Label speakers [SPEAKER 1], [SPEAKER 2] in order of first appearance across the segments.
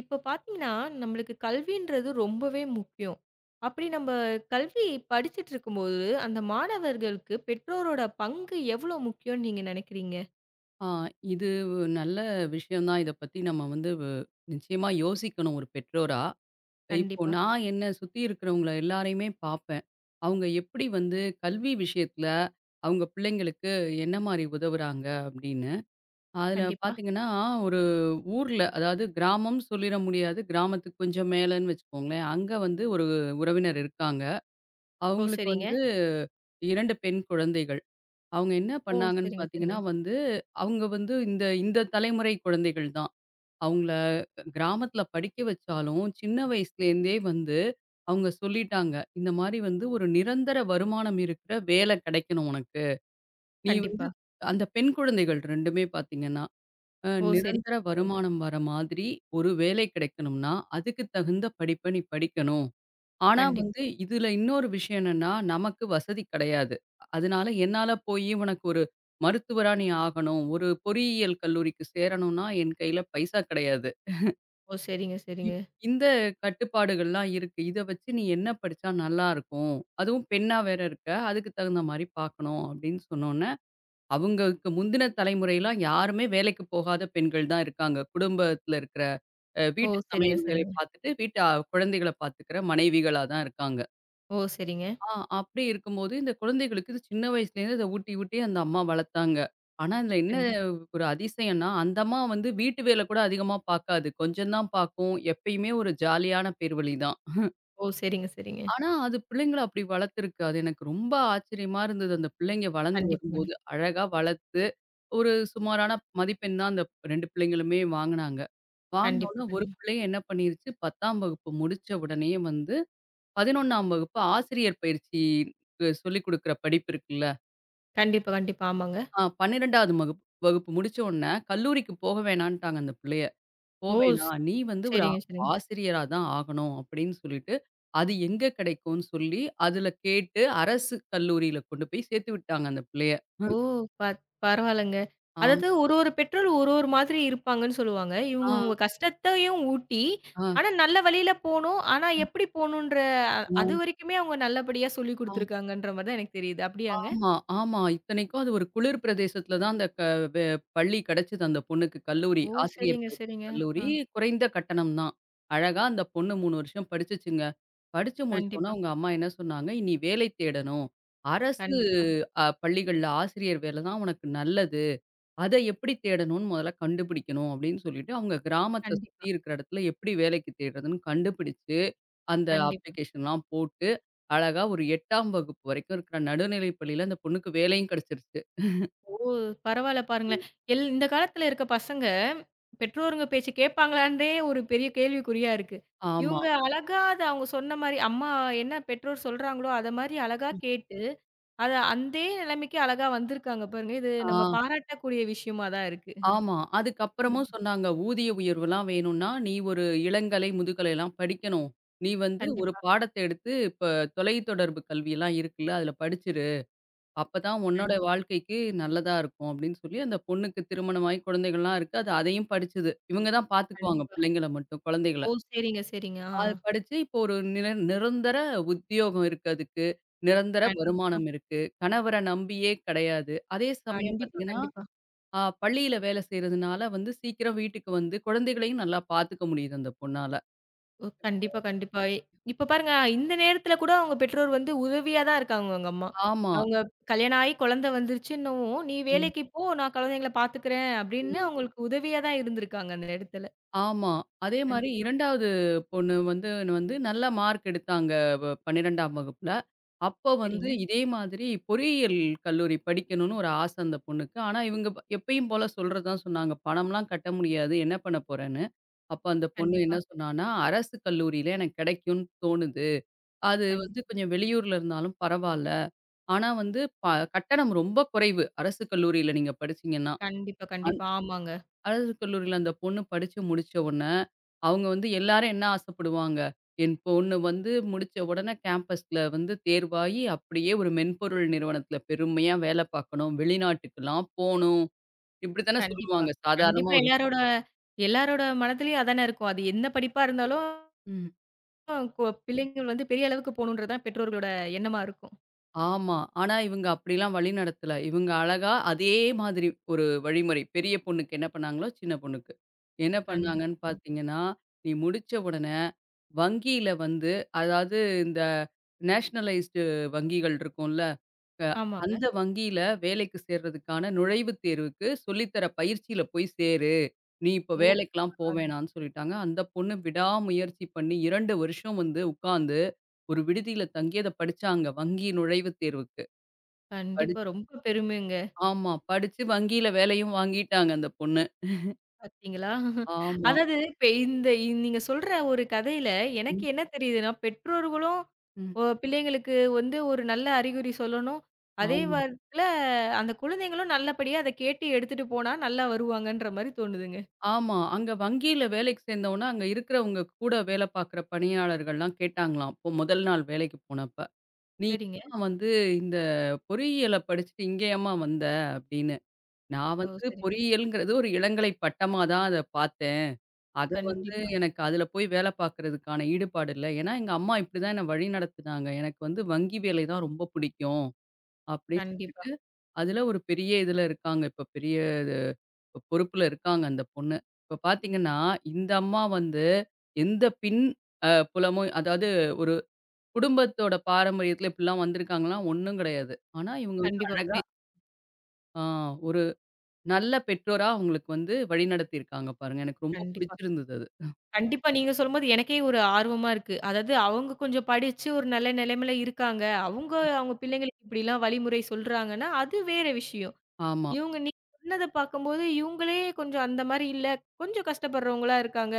[SPEAKER 1] இப்போ பார்த்தீங்கன்னா, நம்மளுக்கு கல்வின்றது ரொம்பவே முக்கியம். அப்படி நம்ம கல்வி படிச்சுட்டு இருக்கும்போது, அந்த மாணவர்களுக்கு பெற்றோரோட பங்கு எவ்வளோ முக்கியம்னு நீங்க நினைக்கிறீங்க?
[SPEAKER 2] ஆ, இது நல்ல விஷயம் தான். இத பத்தி நம்ம வந்து நிச்சயமா யோசிக்கணும் ஒரு பெற்றோரா. இப்போ
[SPEAKER 1] கண்டிப்பா,
[SPEAKER 2] நான் என்ன சுத்தி இருக்கிறவங்கள எல்லாரையுமே பார்ப்பேன். அவங்க எப்படி வந்து கல்வி விஷயத்துல அவங்க பிள்ளைங்களுக்கு என்ன மாரி உதவுறாங்க அப்படின்னு. அதுல
[SPEAKER 1] கண்டிப்பா.
[SPEAKER 2] பார்த்தீங்கன்னா, ஒரு ஊர்ல அதாவது கிராமம் சொல்லிற முடியாது. கிராமத்துக்கு கொஞ்சம் மேலன்னு வச்சுக்கோங்களேன். அங்க வந்து ஒரு உறவினர் இருக்காங்க.
[SPEAKER 1] ஓ!
[SPEAKER 2] அவங்களுக்கு
[SPEAKER 1] சரிங்க.
[SPEAKER 2] வந்து 2 பெண் குழந்தைகள். அவங்க என்ன
[SPEAKER 1] ஓ!
[SPEAKER 2] பண்ணாங்கன்னு
[SPEAKER 1] சரிங்க, சரிங்க.
[SPEAKER 2] பார்த்தீங்கன்னா வந்து, அவங்க வந்து இந்த இந்த தலைமுறை குழந்தைகள் தான். அவங்கள கிராமத்தில படிக்க வச்சாலும், சின்ன வயசுலேருந்தே வந்து அவங்க சொல்லிட்டாங்க. இந்த மாரி வந்து ஒரு நிரந்தர வருமானம் இருக்கிற வேலை கிடைக்கணும் உனக்கு. நீ வந்து
[SPEAKER 1] கண்டிப்பா.
[SPEAKER 2] அந்த பெண் குழந்தைகள் 2மே பார்த்தீங்கன்னா,
[SPEAKER 1] ஓ! சரி.
[SPEAKER 2] நிரந்தர வருமானம் வர மாதிரி ஒரு வேலை கிடைக்கணும்னா, அதுக்கு தகுந்த படிப்ப நீ படிக்கணும். ஆனா
[SPEAKER 1] கண்டிப்பா.
[SPEAKER 2] வந்து, இதுல இன்னொரு விஷயம் என்னன்னா, நமக்கு வசதி கிடையாது. அதனால என்னால போயி உனக்கு ஒரு மருத்துவரா நீ ஆகணும். ஒரு பொறியியல் கல்லூரிக்கு சேரணும்னா, என் கையில பைசா கிடையாது.
[SPEAKER 1] ஓ! சரிங்க, சரிங்க.
[SPEAKER 2] இப் இந்த கட்டுப்பாடுகள்லாம் இருக்கு. இத வச்சு நீ என்ன படிச்சா நல்லாருக்கும்? அதுவும் பெண்ணா வேற இருக்க. அதுக்கு தகுந்த மாரி பார்க்கணும் அப்படின்னு சொன்னோனே, அவங்களுக்கு முந்தின தலைமுறைலாம் யாருமே வேலைக்கு போகாத பெண்கள் தான் இருக்காங்க. குடும்பத்துல இருக்கிற
[SPEAKER 1] ஓ!
[SPEAKER 2] வீட்டு
[SPEAKER 1] சரிங்க,
[SPEAKER 2] சமையல் வேலை
[SPEAKER 1] சரிங்க.
[SPEAKER 2] பார்த்துட்டு, வீட்டு குழந்தைகள பார்த்துக்கிற மனைவிகளா தான் இருக்காங்க.
[SPEAKER 1] ஓ! சரிங்க.
[SPEAKER 2] ஆ அப்படி இருக்கும்போது, இந்த குழந்தைகளுக்கு இது சின்ன வயசுலேருந்து இத ஊட்டி, ஊட்டி அந்த அம்மா வளர்த்தாங்க. ஆனா, இதுல என்ன
[SPEAKER 1] கண்டி
[SPEAKER 2] ஒரு அதிசயம்னா, அந்த அம்மா வந்து வீட்டு வேல கூட அதிகமா பார்க்காது. கொஞ்சம் தான் பார்க்கும். எப்பயுமே ஒரு ஜாலியான பேர்வழி தான்.
[SPEAKER 1] ஓ! சரிங்க, சரிங்க.
[SPEAKER 2] ஆனா, அது பிள்ளைங்கள அப்படி வளர்த்துருக்கு. அது எனக்கு ரொம்ப ஆச்சரியமா இருந்தது. அந்த பிள்ளைங்க வளர்ந்து
[SPEAKER 1] கண்டிப்பாங்க.
[SPEAKER 2] வரும்போது, அழகா வளர்த்து, ஒரு சுமாரான மதிப்பெண் தான் அந்த 2 பிள்ளைங்களுமே வாங்குனாங்க. வாங்குன
[SPEAKER 1] கண்டிப்பா,
[SPEAKER 2] உடனே ஒரு
[SPEAKER 1] கண்டிப்பா.
[SPEAKER 2] பிள்ளை என்ன பண்ணிருச்சு, 10ஆம் வகுப்பு முடிச்ச உடனேயே வந்து 11ஆம் வகுப்பு ஆசிரியர் பயிற்சி க்கு சொல்லிக் குடுக்குற படிப்பு இருக்குல்ல.
[SPEAKER 1] கண்டிப்பா, கண்டிப்பா. ஆமாங்க.
[SPEAKER 2] 12வது மகுப் வகுப்பு முடிச்ச உடனே கல்லூரிக்கு போக வேணான்ட்டாங்க அந்த புள்ளைய. "போ
[SPEAKER 1] ஓ! ஸ்
[SPEAKER 2] வேணாம். நீ வந்து ஒரு
[SPEAKER 1] சரிங்க, சரிங்க.
[SPEAKER 2] ஆசிரியரா தான் ஆகணும்." அப்படின்னு சொல்லிட்டு, அது எங்க கிடைக்கும்னு சொல்லி, அதுல கேட்டு அரசு கல்லூரியில கொண்டு போய் சேர்த்து விட்டாங்க அந்த பிள்ளைய.
[SPEAKER 1] ஓ!
[SPEAKER 2] ம்.
[SPEAKER 1] பத் பரவால்லங்க.
[SPEAKER 2] ஆ,
[SPEAKER 1] அதாவது ஒரு ஒரு பெற்றோர் ஒரு ஒரு மாதிரி இருப்பாங்கன்னு சொல்லுவாங்க. இவங்க
[SPEAKER 2] ஆ,
[SPEAKER 1] அவங்க கஷ்டத்தையும் ஊட்டி,
[SPEAKER 2] ஆ,
[SPEAKER 1] ஆனா நல்ல வழியில போணும். ஆனா எப்படி போணுன்ற அதுவரைக்குமே அவங்க நல்லபடியா சொல்லிக்
[SPEAKER 2] ஆ.
[SPEAKER 1] குடுத்துருக்காங்கன்ற மாரி தான் எனக்கு தெரியுது. அப்படியாங்க?
[SPEAKER 2] ஆமா, ஆமா. இத்தனைக்கும் அது ஒரு குளிர் பிரதேசத்துல தான் அந்த வெ பள்ளி கிடைச்சது அந்த பொண்ணுக்கு கல்லூரி.
[SPEAKER 1] ஓ!
[SPEAKER 2] ஆசிரியர்
[SPEAKER 1] சரிங்க,
[SPEAKER 2] பயிற்சி
[SPEAKER 1] சரிங்க. ஆ.
[SPEAKER 2] கல்லூரி. குறைந்த கட்டணம் தான். அழகா அந்த பொண்ணு 3 வருஷம் படிச்சுச்சுங்க. படிச்சு முடிச்சோனே
[SPEAKER 1] கண்டிப்பா,
[SPEAKER 2] அவங்க அம்மா என்ன சொன்னாங்க, "இனி வேலை தேடணும். அரசு
[SPEAKER 1] கண்டிப்பா,
[SPEAKER 2] பள்ளிகள்ல ஆசிரியர் வேலை தான் உனக்கு நல்லது. அத எப்படி தேடணும்னு முதல்ல கண்டுபிடிக்கணும்." அப்படின்னு சொல்லிட்டு அவங்க கிராமத்த
[SPEAKER 1] கண்டிப்பா,
[SPEAKER 2] சுத்தி இருக்கிற இடத்துல எப்படி வேலைக்கு தேடுறதுன்னு கண்டுபிடிச்சு அந்த
[SPEAKER 1] கண்டிப்பா.
[SPEAKER 2] அப்ளிகேஷன்லாம் போட்டு, அழகா ஒரு 8ஆம் வகுப்பு வரைக்கும் இருக்கிற நடுநிலை பள்ளியில அந்த பொண்ணுக்கு வேலையும் கிடைச்சிருச்சு.
[SPEAKER 1] ஓ! பரவால்ல பாருங்களேன். இந்த காலத்துல இருக்க பசங்க, பெற்றோருங்க பேச்சு கேட்பாங்களான்றதே ஒரு பெரிய கேள்விக்குறியா இருக்கு.
[SPEAKER 2] ஆமா.
[SPEAKER 1] இவங்க அழகா அத அவங்க சொன்ன மாரி, அம்மா என்ன பெற்றோர் சொல்றாங்களோ, அத மாரி அழகா கேட்டு, அத அந்தே நிலைமைக்கு அழகா வந்திருக்காங்க பாருங்க. இது
[SPEAKER 2] ஆ,
[SPEAKER 1] நம்ம பாராட்டக்கூடிய விஷயமா தான் இருக்கு.
[SPEAKER 2] ஆமா. அதுக்கப்புறமும் சொன்னாங்க, "ஊதிய உயர்வுலாம் வேணும்னா, நீ ஒரு இளங்கலை, முதுகலைலாம் படிக்கணும். நீ வந்து ஒரு
[SPEAKER 1] கண்டிப்பா,
[SPEAKER 2] பாடத்த எடுத்து இப்ப தொலைத்தொடர்பு கல்வியெல்லாம் இருக்குல்ல, அதுல படிச்சிரு. அப்பதான் உன்னோட
[SPEAKER 1] கண்டிப்பா,
[SPEAKER 2] வாழ்க்கைக்கு நல்லதா இருக்கும்." அப்படின்னு சொல்லி அந்த பொண்ணுக்கு திருமணமாகி குழந்தைகள்லாம் இருக்கு. அது அதையும் படிச்சது. இவங்க தான் பார்த்துக்குவாங்க
[SPEAKER 1] கண்டிப்பா.
[SPEAKER 2] பிள்ளைங்கள மட்டும், குழந்தைகள.
[SPEAKER 1] ஓ! சரிங்க, சரிங்க. ஆ.
[SPEAKER 2] அது படிச்சு இப்போ ஒரு நிரந்தர உத்தியோகம் இருக்கு அதுக்கு. நிரந்தர
[SPEAKER 1] கண்டிப்பா,
[SPEAKER 2] வருமானம் இருக்கு. கணவர நம்பியே கிடையாது. அதே சமயம்
[SPEAKER 1] கண்டிப்பா,
[SPEAKER 2] பார்த்தீங்கன்னா,
[SPEAKER 1] கண்டிப்பா.
[SPEAKER 2] பள்ளியில வேலை செய்றதுனால வந்து சீக்கிரம் வீட்டுக்கு வந்து குழந்தைகளையும் நல்லா பார்த்துக்க முடியுது அந்த பொண்ணால.
[SPEAKER 1] ஓ! கண்டிப்பா, கண்டிப்பா. இப்ப பாருங்க, இந்த நேரத்துல கூட அவங்க பெற்றோர் வந்து உதவியா தான் இருக்காங்க அவங்க அம்மா.
[SPEAKER 2] ஆமா.
[SPEAKER 1] அவங்க கல்யாணம் ஆயி குழந்தை வந்துருச்சுன்னவும், "நீ
[SPEAKER 2] ம்.
[SPEAKER 1] வேலைக்கு போ, நான் குழந்தைங்கள பார்த்துக்கிறேன்" அப்படின்னு
[SPEAKER 2] ம்.
[SPEAKER 1] அவங்களுக்கு உதவியா தான் இருந்திருக்காங்க அந்த இடத்துல.
[SPEAKER 2] ஆமா. அதே மாரி
[SPEAKER 1] கண்டிப்பா.
[SPEAKER 2] 2வது பொண்ணு வந்து வந்து நல்ல மார்க் எடுத்தாங்க 12ஆம் வகுப்புல. அப்போ வந்து
[SPEAKER 1] சரிங்க.
[SPEAKER 2] இதே மாதிரி பொறியியல் கல்லூரி படிக்கணும்னு ஒரு ஆசை அந்த பொண்ணுக்கு. ஆனா இவங்க எப்பயும் போல சொல்றது தான் சொன்னாங்க. பணம்லாம் கட்ட முடியாது. என்ன பண்ண போறேன்னு. அப்ப அந்த பொண்ணு என்ன
[SPEAKER 1] கண்டிப்பா.
[SPEAKER 2] சொன்னான்னா, "அரசு கல்லூரியில எனக்கு கிடைக்கும்னு தோணுது. அது
[SPEAKER 1] கண்
[SPEAKER 2] வந்து கொஞ்சம் வெளியூர்ல இருந்தாலும் பரவால்ல. ஆனா வந்து ப கட்டணம் ரொம்ப குறைவு. அரசு கல்லூரியில நீங்க படிச்சீங்கன்னா."
[SPEAKER 1] கண்டிப்பா, கண்டிப்பா. ஆமாங்க.
[SPEAKER 2] அரசு கல்லூரியில அந்த பொண்ணு படிச்சு முடிச்ச உடனே, அவங்க வந்து எல்லாரும் என்ன ஆசைப்படுவாங்க? என் பொண்ணு வந்து முடிச்ச உடனே கேம்பஸ்ல வந்து தேர்வாகி, அப்படியே ஒரு மென்பொருள் நிறுவனத்தில பெருமையா வேலை பார்க்கணும், வெளிநாட்டுக்கெல்லாம் போணும். இப்படி தானே
[SPEAKER 1] கண்டிப்பா.
[SPEAKER 2] சொல்லுவாங்க.
[SPEAKER 1] கண்டிப்பா
[SPEAKER 2] சாதாரணமா
[SPEAKER 1] எல்லாரோட எல்லாரோட மனதிலயும் அதானே இருக்கும். அது என்ன படிப்பா இருந்தாலும்
[SPEAKER 2] ஒரு
[SPEAKER 1] பிள்ளைங்கள் வந்து பெரிய அளவுக்கு போணுன்றது தான் பெற்றோர்களோட எண்ணமா இருக்கும்.
[SPEAKER 2] ஆமா. ஆனா இவங்க அப்படிலாம் வழி நடத்தல. இவங்க அழகா அதே மாதிரி ஒரு வழிமுறை. பெரிய பொண்ணுக்கு என்ன பண்ணாங்களோ, சின்ன பொண்ணுக்கு. என்ன பண்ணாங்கன்னு
[SPEAKER 1] கண்டிப்பா.
[SPEAKER 2] பார்த்தீங்கன்னா, நீ முடிச்ச உடனே வங்கியில வந்து அதாவது இந்த நேஷனலைஸ்டு வங்கிகள் இருக்கும்ல, க
[SPEAKER 1] ஆமாங்க.
[SPEAKER 2] அந்த வங்கியில வேலைக்கு சேர்றதுக்கான நுழைவுத் தேர்வுக்கு சொல்லித்தர பயிற்சியில போய் சேரு. நீ இப்ப
[SPEAKER 1] ஓ!
[SPEAKER 2] வேலைக்கெல்லாம் போ வேணான்னு சொல்லிட்டாங்க. அந்த பொண்ணு விடாமுயற்சி பண்ணி 2 வருஷம் வந்து உட்கார்ந்து ஒரு விடுதியில தங்கி அத படிச்சாங்க. வங்கி நுழைவுத் தேர்வுக்கு.
[SPEAKER 1] கண்டிப்பா.
[SPEAKER 2] படிச்
[SPEAKER 1] ரொம்ப பெருமைங்க.
[SPEAKER 2] ஆமா. படிச்சு வங்கியில வேலையும் வாங்கிட்டாங்க அந்த பொண்ணு.
[SPEAKER 1] பார்த்தீங்களா?
[SPEAKER 2] ஆமா.
[SPEAKER 1] அதாவது இப்ப இந்த நீங்க சொல்ற ஒரு கதையில எனக்கு
[SPEAKER 2] ம்.
[SPEAKER 1] என்ன தெரியுதுன்னா, பெற்றோர்களும்
[SPEAKER 2] ம்.
[SPEAKER 1] பிள்ளைங்களுக்கு வந்து ஒரு நல்ல அறிகுறி சொல்லணும். அதே
[SPEAKER 2] ஆமா.
[SPEAKER 1] வாரத்துல அந்த குழந்தைங்களும் நல்லபடியா அத கேட்டு எடுத்துட்டு போனா நல்லா வருவாங்கன்ற மாரி தோணுதுங்க.
[SPEAKER 2] ஆமா. அங்க வங்கியில வேலைக்கு சேர்ந்தோன, அங்க இருக்கிறவங்க கூட வேலை பார்க்குற பணியாளர்கள்லாம் கேட்டாங்களாம். அப்போ முதல் நாள் வேலைக்கு போனப்ப. "நீ
[SPEAKER 1] சரிங்க.
[SPEAKER 2] ஏம்மா வந்து இந்த பொறியியல படிச்சுட்டு இங்க ஏம்மா வந்த?" அப்படின்னு. "நான்
[SPEAKER 1] ஓ!
[SPEAKER 2] வந்து
[SPEAKER 1] சரிங்க.
[SPEAKER 2] பொறியியல்ங்கிறது ஒரு இளங்கலை பட்டமா தான் அத பார்த்தேன். அத வந்து
[SPEAKER 1] கண்டிப்பா,
[SPEAKER 2] எனக்கு அதுல போய் வேலை பார்க்கறதுக்கான ஈடுபாடு இல்ல. ஏன்னா எங்க அம்மா இப்படிதான் என்ன வழிநடத்துனாங்க. எனக்கு வந்து வங்கி வேலை தான் ரொம்ப பிடிக்கும்." அப்படின்னு
[SPEAKER 1] கண்டிப்பா,
[SPEAKER 2] சொல்லிட்டு, அதுல ஒரு பெரிய இதுல இருக்காங்க. இப்போ பெரிய இது இப்ப பொறுப்புல இருக்காங்க அந்த பொண்ணு. இப்போ பார்த்தீங்கன்னா, இந்த அம்மா வந்து எந்த புலமும் அதாவது ஒரு குடும்பத்தோட பாரம்பரியத்துல இப்படிலாம் வந்திருக்காங்கலாம் ஒண்ணும் கிடையாது. ஆனா இவங்க வந்து
[SPEAKER 1] கண்டிப்பா.
[SPEAKER 2] அழகா
[SPEAKER 1] புரியுது.
[SPEAKER 2] ஆ ஒரு நல்ல பெற்றோரா அவங்களுக்கு வந்து வழிநடத்தியிருக்காங்க பாருங்க. எனக்கு ரொம்ப
[SPEAKER 1] கண்டிப்பா.
[SPEAKER 2] புடிச்சிருந்தது அது.
[SPEAKER 1] கண்டிப்பா நீங்க சொல்லும்போது எனக்கே ஒரு ஆர்வமா இருக்கு. அதாவது அவங்க கொஞ்சம் படிச்சு ஒரு நல்ல நிலைமையில இருக்காங்க. அவங்க அவங்க பிள்ளைங்களுக்கு இப்படிலாம் வழிமுறை சொல்றாங்கன்னா, அது வேற விஷயம்.
[SPEAKER 2] ஆமா.
[SPEAKER 1] இவங்க நீங்க சொன்னத பார்க்கும்போது, இவங்களே கொஞ்சம் அந்த மாரி இல்ல. கொஞ்சம் கஷ்டப்படுறவங்களா இருக்காங்க.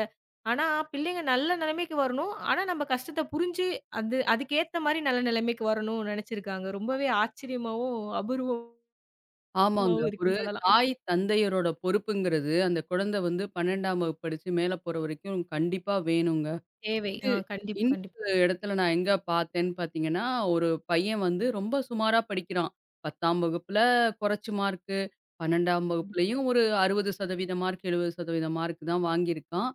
[SPEAKER 1] ஆனா, பிள்ளைங்க நல்ல நிலைமைக்கு வரணும். ஆனா, நம்ம கஷ்டத்த புரிஞ்சு, அதுக்கேத்த மாரி நல்ல நிலைமைக்கு வரணும்னு நெனச்சிருக்காங்க. ரொம்பவே ஆச்சரியமாவும், அபூர்வமாவும்
[SPEAKER 2] ஆமாங்க. ஒரு
[SPEAKER 1] இருக்குன்னு சொல்லலாம்.
[SPEAKER 2] தாய் தந்தையரோட பொறுப்புங்கிறது அந்த குழந்தை வந்து 12ஆம் வகுப்பு படிச்சு மேல போற வரைக்கும் கண்டிப்பா வேணுங்க.
[SPEAKER 1] தேவை.
[SPEAKER 2] இது
[SPEAKER 1] ஆ கண்டிப்பா, கண்டிப்பா,
[SPEAKER 2] இன்னொரு இடத்துல நான் எங்க பார்த்தேன்னு பார்த்தீங்கன்னா, ஒரு பையன் வந்து ரொம்ப சுமாரா படிக்கிறான். 10ஆம் வகுப்புல குறைச்சு மார்க்கு, 12ஆம்
[SPEAKER 1] கண்டிப்பா.
[SPEAKER 2] வகுப்புலயும் ஒரு 60% மார்க், 70% மார்க் தான் வாங்கியிருக்கான்.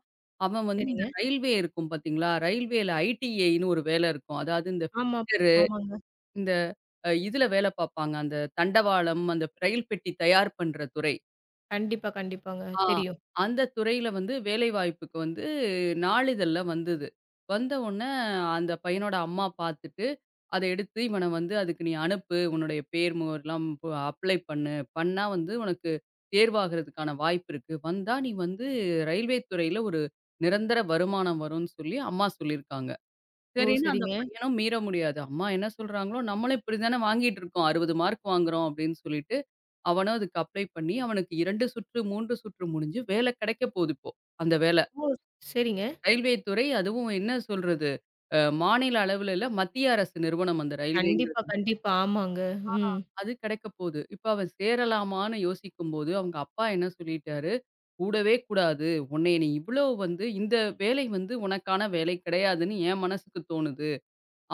[SPEAKER 2] அவன் வந்து இந்த
[SPEAKER 1] சரிங்க.
[SPEAKER 2] ரயில்வே இருக்கும் பார்த்தீங்களா? ரயில்வேல ஐடிஐன்னு ஒரு வேலை இருக்கும். அதாவது இந்த
[SPEAKER 1] ஆமா.
[SPEAKER 2] ஃபிட்டரு,
[SPEAKER 1] ஆமாங்க.
[SPEAKER 2] இந்த இதுல வேலை பார்ப்பாங்க. அந்த தண்டவாளம், அந்த ரயில் பெட்டி தயார் பண்ற துறை.
[SPEAKER 1] கண்டிப்பா, கண்டிப்பாங்க.
[SPEAKER 2] ஆ.
[SPEAKER 1] தெரியும்.
[SPEAKER 2] அந்த துறையில வந்து வேலைவாய்ப்புக்கு வந்து நாளிதழ்ல வந்தது. வந்த உடனே அந்த பையனோட அம்மா பார்த்துட்டு, அத எடுத்து இவன வந்து அதுக்கு நீ அனுப்பு. உன்னுடைய பேர் முகவரிலாம் அப்ளை பண்ணு. பண்ணா வந்து உனக்கு தேர்வாகறதுக்கான வாய்ப்பு இருக்கு. வந்தா நீ வந்து ரயில்வே துறையில ஒரு நிரந்தர வருமானம் வரும்னு சொல்லி அம்மா சொல்லியிருக்காங்க.
[SPEAKER 1] ஓ!
[SPEAKER 2] சரின்னு அந்த
[SPEAKER 1] சரிங்க.
[SPEAKER 2] பையனும் மீற முடியாது. அம்மா என்ன சொல்றாங்களோ, நம்மளும் இப்படி தானே வாங்கிட்டு இருக்கோம். 60 மார்க் வாங்குறோம் அப்படின்னு சொல்லிட்டு அவனும் அதுக்கு அப்ளை பண்ணி, அவனுக்கு 2 சுற்று, 3 சுற்று முடிஞ்சு வேலை கிடைக்க போகுது இப்போ. அந்த வேலை.
[SPEAKER 1] ஓ! சரிங்க.
[SPEAKER 2] ரயில்வே துறை அதுவும் என்ன சொல்றது? மாநில அளவுல இல்ல, மத்திய அரசு நிறுவனம் அந்த
[SPEAKER 1] கண்டிப்பா,
[SPEAKER 2] ரயில்வேங்கிறது.
[SPEAKER 1] கண்டிப்பா. ஆமாங்க. ம்.
[SPEAKER 2] அது கிடைக்க போது. இப்ப அவன் சேரலாமான்னு யோசிக்கும்போது, அவங்க அப்பா என்ன சொல்லிட்டாரு, "கூடவே கூடாது. உன்னைய நீ இவ்ளோ வந்து இந்த வேலை வந்து உனக்கான வேலை கிடையாதுன்னு என் மனசுக்கு தோணுது.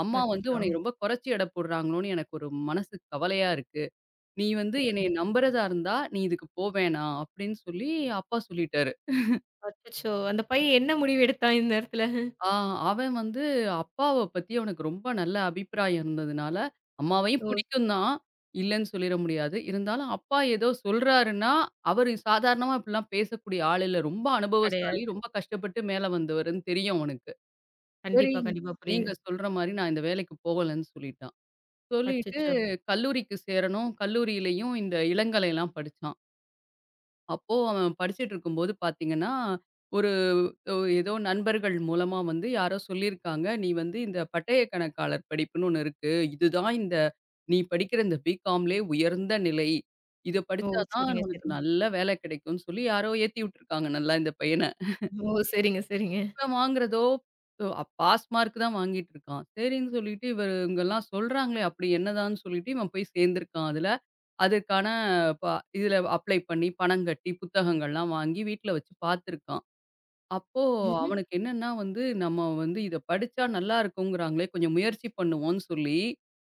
[SPEAKER 2] அம்மா வந்து
[SPEAKER 1] அச்சச்சோ!
[SPEAKER 2] உன்னைய ரொம்ப கொறச்சு எடை போடுறாங்களோன்னு எனக்கு ஒரு மனசு கவலையா இருக்கு." நீ வந்து என்னைய
[SPEAKER 1] சரிங்க.
[SPEAKER 2] நம்புறதா இருந்தா, நீ இதுக்கு போ வேணாம் அப்படின்னு சொல்லி அப்பா சொல்லிட்டாரு.
[SPEAKER 1] அச்சச்சோ! அந்த பையன் என்ன முடிவு எடுத்தான் இந்நேரத்துல?
[SPEAKER 2] ஆ அவன் வந்து அப்பாவ பத்தி அவனுக்கு ரொம்ப நல்ல அபிப்பிராயம் இருந்ததுனால, அம்மாவையும்
[SPEAKER 1] ஓ!
[SPEAKER 2] பிடிக்கும் தான், இல்லன்னு சொல்லிற முடியாது. இருந்தாலும் அப்பா ஏதோ சொல்றாருன்னா, அவரு சாதாரணமா இப்படிலாம் பேசக்கூடிய ஆள் இல்ல. ரொம்ப அனுபவசாலி,
[SPEAKER 1] கிடையாது.
[SPEAKER 2] ரொம்ப கஷ்டப்பட்டு மேல வந்தவருன்னு தெரியும் அவனுக்கு. சரி,
[SPEAKER 1] கண்டிப்பா, கண்டிப்பா. புரியுது.
[SPEAKER 2] நீங்க சொல்ற மாரி நான் இந்த வேலைக்கு போகலன்னு சொல்லிட்டான். சொல்லிட்டு
[SPEAKER 1] அச்சச்சோ!
[SPEAKER 2] கல்லூரிக்கு சேரணும், கல்லூரியிலயும் இந்த இளங்கலைலாம் படிச்சான். அப்போ அவன் படிச்சுட்டு இருக்கும்போது பார்த்தீங்கன்னா, ஒரு ஏதோ நண்பர்கள் மூலமா வந்து யாரோ சொல்லியிருக்காங்க, "நீ வந்து இந்த பட்டய கணக்காளர் படிப்புன்னு ஒண்ணு இருக்கு. இதுதான் இந்த நீ படிக்கிற இந்த பிகாம்லே உயர்ந்த நிலை. இத
[SPEAKER 1] ஓ!
[SPEAKER 2] படிச்சா தான்
[SPEAKER 1] சரிங்க,
[SPEAKER 2] உனக்கு
[SPEAKER 1] சரிங்க.
[SPEAKER 2] நல்ல வேலை கிடைக்கும்னு" சொல்லி யாரோ ஏத்தி விட்டுருக்காங்க நல்லா இந்த பையன.
[SPEAKER 1] ஓ! சரிங்க, சரிங்க.
[SPEAKER 2] இப்ப வாங்குறதோ, பாஸ் மார்க் தான் வாங்கிட்டு இருக்கான். சரின்னு சொல்லிட்டு இவரு இவங்கலாம் சொல்றாங்களே, அப்படி என்னதான்னு சொல்லிட்டு இவன் போய் சேர்ந்திருக்கான் அதுல. அதுக்கான ப இதுல அப்ளை பண்ணி பணம் கட்டி, புத்தகங்கள்லாம் வாங்கி வீட்ல வச்சு பார்த்துருக்கான். அப்போ அவனுக்கு என்னன்னா வந்து, நம்ம வந்து இத படிச்சா நல்லா இருக்குங்கிறாங்களே, கொஞ்சம் முயற்சி பண்ணுவோம்ன்னு சொல்லி,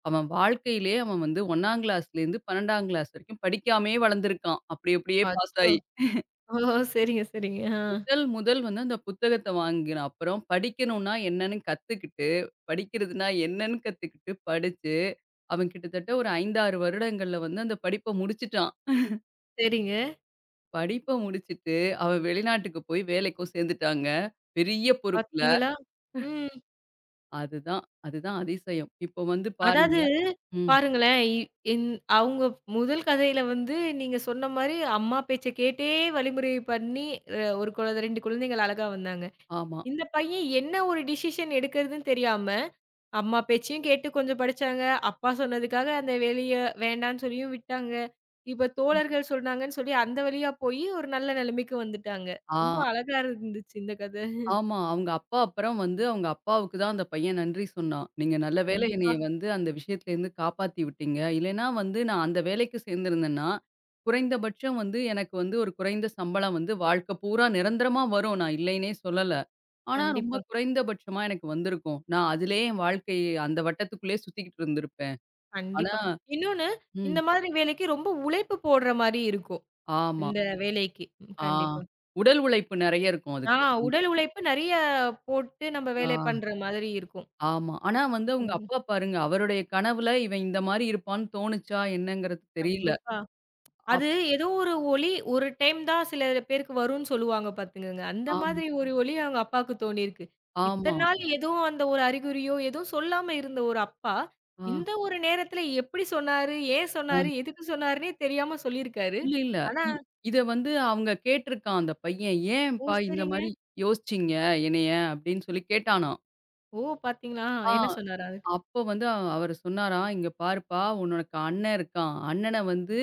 [SPEAKER 2] அவன் வாழ்க்கையிலே அவன் வந்து 1ஆம் கிளாஸ்லேருந்து 12ஆம் கிளாஸ் வரைக்கும் படிக்காமயே வளர்ந்திருக்கான். அப்படி அப்படியே பாஸ்
[SPEAKER 1] அச்சோ!
[SPEAKER 2] ஆயி.
[SPEAKER 1] ஓ! சரிங்க, சரிங்க. ஆ.
[SPEAKER 2] முதல் முதல் வந்து அந்த புத்தகத்த வாங்கின அப்புறம் படிக்கணும்னா என்னன்னு கத்துக்கிட்டு, படிக்கிறதுனா என்னன்னு கத்துக்கிட்டு படிச்சு, அவன் கிட்டத்தட்ட ஒரு 5, 6 வருடங்கள்ல வந்து அந்த படிப்ப முடிச்சுட்டான்.
[SPEAKER 1] சரிங்க.
[SPEAKER 2] படிப்ப முடிச்சுட்டு அவன் வெளிநாட்டுக்கு போய் வேலைக்கும் சேர்ந்துட்டாங்க. பெரிய பொறுப்புல.
[SPEAKER 1] பார்த்தீங்களா? ம்.
[SPEAKER 2] அதுதான் அதுதான் அதிசயம். இப்போ வந்து
[SPEAKER 1] அதாவது
[SPEAKER 2] பாருங்க ம்.
[SPEAKER 1] பாருங்களேன், இ இந் அவங்க முதல் கதையில வந்து நீங்க சொன்ன மாரி அம்மா பேச்ச கேட்டே வழிமுறை பண்ணி ஒரு 2 குழந்தைகள் அழகா வந்தாங்க.
[SPEAKER 2] ஆமா.
[SPEAKER 1] இந்த பையன் என்ன ஒரு டிசிஷன் எடுக்கிறதுன்னு தெரியாம அம்மா பேச்சையும் கேட்டு கொஞ்சம் படிச்சாங்க. அப்பா சொன்னதுக்காக அந்த வெளிய வேண்டான்னு சொல்லியும் விட்டாங்க. இப்ப தோழர்கள் சொன்னாங்கன்னு சொல்லி அந்த வழியா போயி ஒரு நல்ல நிலைமைக்கு வந்துட்டாங்க.
[SPEAKER 2] ஆ.
[SPEAKER 1] ரொம்ப அழகா இருந்துச்சு இந்த கதை.
[SPEAKER 2] ஆமா. அவங்க அப்பா அப்புறம் வந்து அவங்க அப்பாவுக்கு தான் அந்த பையன் நன்றி சொன்னான். "நீங்க நல்ல வேளை
[SPEAKER 1] கண்டிப்பா,
[SPEAKER 2] என்னைய வந்து அந்த விஷயத்துலேருந்து காப்பாத்தி விட்டீங்க. இல்லைன்னா வந்து நான் அந்த வேலைக்கு சேர்ந்திருந்தேன்னா, குறைந்தபட்சம் வந்து எனக்கு வந்து ஒரு குறைந்த சம்பளம் வந்து வாழ்க்கை பூரா நிரந்தரமா வரும். நான் இல்லைன்னே சொல்லல. ஆனா ம். ரொம்ப
[SPEAKER 1] கண்டிப்பா,
[SPEAKER 2] குறைந்தபட்சமா எனக்கு வந்திருக்கும். நான் அதிலேயே என் வாழ்க்கைய அந்த வட்டத்துக்குள்ளேயே சுத்திக்கிட்டு இருந்திருப்பேன். ஆனா"
[SPEAKER 1] கண்டிப்பா. இன்னொன்னு இந்த
[SPEAKER 2] ம்.
[SPEAKER 1] மாதிரி வேலைக்கு ரொம்ப உழைப்பு போடுற மாரி இருக்கும்.
[SPEAKER 2] ஆமா.
[SPEAKER 1] இந்த வேலைக்கு. ம்
[SPEAKER 2] ஆ.
[SPEAKER 1] கண்டிப்பா.
[SPEAKER 2] உடல் உழைப்பு நெறைய இருக்கும்
[SPEAKER 1] ஆ
[SPEAKER 2] அதுக்கு. அந்த
[SPEAKER 1] உடல் உழைப்பு நெறைய போட்டு நம்ம வேலை
[SPEAKER 2] ஆ.
[SPEAKER 1] பண்ற மாதிரி இருக்கும்.
[SPEAKER 2] ஆமா. ஆனா வந்து அவங்க
[SPEAKER 1] கண்டிப்பா,
[SPEAKER 2] அப்பா பாருங்க, அவருடைய கனவுல இவன் இந்த மாரி இருப்பான்னு தோணுச்சா என்னங்கிறது தெரியல.
[SPEAKER 1] கண்டிப்பா.
[SPEAKER 2] அப்
[SPEAKER 1] அது ஏதோ ஒரு ஒலி ஒரு டைம் தான் சில பேருக்கு வரும்னு சொல்லுவாங்க பாத்துக்கங்க. அந்த
[SPEAKER 2] ஆம்
[SPEAKER 1] மாதிரி ஒரு ஒலி அவங்க அப்பாவுக்கு தோணியிருக்கு.
[SPEAKER 2] ஆமா.
[SPEAKER 1] இத்தன நாள் எதுவும் அந்த ஒரு அறிகுறியோ, எதுவும் சொல்லாம இருந்த ஒரு அப்பா,
[SPEAKER 2] ஆ,
[SPEAKER 1] இந்த ஒரு நேரத்துல எப்படி சொன்னாரு? ஏன் சொன்னாரு?
[SPEAKER 2] ஆ.
[SPEAKER 1] எதுக்கு சொன்னாருன்னே தெரியாம சொல்லியிருக்காரு.
[SPEAKER 2] இல்ல, இல்ல.
[SPEAKER 1] ஆனா
[SPEAKER 2] இ இத வந்து அவங்க கேட்டிருக்கான் அந்த பையன்.
[SPEAKER 1] ஓ!
[SPEAKER 2] "ஏன்ப்பா இந்த
[SPEAKER 1] சரிங்க.
[SPEAKER 2] மாரி யோசிச்சீங்க என்னைய?" அப்படின்னு சொல்லி கேட்டானாம்.
[SPEAKER 1] ஓ! பாத்தீங்களா?
[SPEAKER 2] ஆ.
[SPEAKER 1] என்ன சொன்னாரு அதுக்கு?
[SPEAKER 2] அப்போ வந்து அவரு சொன்னாராம், "இங்க பாருப்பா! உனக்கு அண்ணன் இருக்கான். அண்ணன வந்து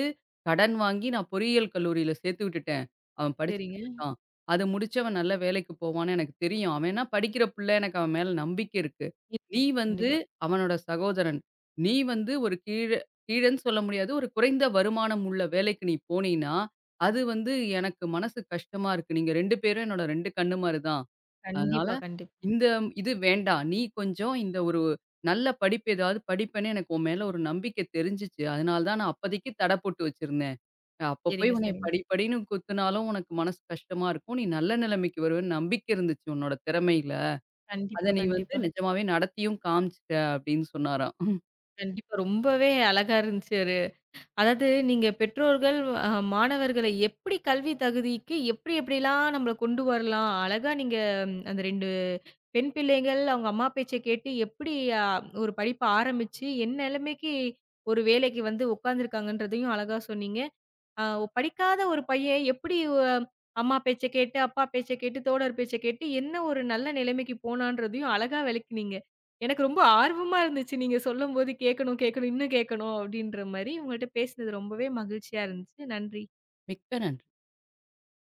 [SPEAKER 2] கடன் வாங்கி நான் பொறியியல் கல்லூரியில சேர்த்து விட்டுட்டேன். அவன்
[SPEAKER 1] சரிங்க.
[SPEAKER 2] படிச்சுக்கிட்டு இருக்கான். அது முடிச்சவன் நல்ல வேலைக்கு போவான்னு எனக்கு தெரியும். அவன் என்ன படிக்கிற புள்ள. எனக்கு அவன் மேல நம்பிக்கை இருக்கு.
[SPEAKER 1] இ-
[SPEAKER 2] நீ வந்து
[SPEAKER 1] கண்டிப்பா.
[SPEAKER 2] அவனோட சகோதரன். நீ வந்து ஒரு கீழன்னு சொல்ல முடியாது. ஒரு குறைந்த வருமானம் உள்ள வேலைக்கு நீ போனீன்னா, அது வந்து எனக்கு மனசு கஷ்டமா இருக்கு. நீங்க 2 பேரும் என்னோட 2 கண்ணு மாரி தான். அதனால
[SPEAKER 1] கண்டிப்பா, கண்டிப்பா.
[SPEAKER 2] இந்த இது வேண்டாம். நீ கொஞ்சம் இந்த ஒரு நல்ல படிப்பு ஏதாவது படிப்பேன்னு எனக்கு உன் மேல ஒரு நம்பிக்கை தெரிஞ்சுச்சு. அதனால தான் நான் அப்போதைக்கு தடை போட்டு வச்சிருந்தேன். அப்ப போய்
[SPEAKER 1] சரிங்க,
[SPEAKER 2] உன்னைய
[SPEAKER 1] சரிங்க.
[SPEAKER 2] படி படின்னு குத்துனாலும் உனக்கு மனசு கஷ்டமா இருக்கும். நீ நல்ல நிலைமைக்கு வருவேன்னு நம்பிக்கை இருந்துச்சு உன்னோட திறமையில. அத
[SPEAKER 1] கண்டிப்பா,
[SPEAKER 2] நீ வந்து
[SPEAKER 1] கண்டிப்பா.
[SPEAKER 2] நிஜமாவே நடத்தியும் காமிச்சுட்ட" அப்படின்னு சொன்னாராம்.
[SPEAKER 1] கண்டிப்பா. ரொம்பவே அழகா இருந்துச்சு. அதாவது நீங்க பெற்றோர்கள் மாணவர்கள எப்படி கல்வி தகுதிக்கு எப்படிலாம் நம்மள கொண்டு வரலாம், அழகா நீங்க ம், அந்த 2 பெண் பிள்ளைகள் அவங்க அம்மா பேச்ச கேட்டு எப்படி அ ஒரு படிப்ப ஆரம்பிச்சு, என் நிலைமைக்கு ஒரு வேலைக்கு வந்து உட்காந்துருக்காங்கன்றதையும் அழகா சொன்னீங்க. ஆ படிக்காத ஒரு பையன் எப்படி அ அம்மா பேச்ச கேட்டு, அப்பா பேச்ச கேட்டு, தோழர் பேச்ச கேட்டு என்ன ஒரு நல்ல நிலைமைக்கு போனான்றதையும் அழகா விளக்குனீங்க. எனக்கு ரொம்ப ஆர்வமா இருந்துச்சு. நீங்க சொல்லும்போது கேட்கணும், கேட்கணும், இன்னும் கேட்கணும் அப்படின்ற மாரி. உங்கள்ட்ட பேசினது ரொம்பவே மகிழ்ச்சியா இருந்துச்சு. நன்றி.
[SPEAKER 2] மிக்க நன்றி.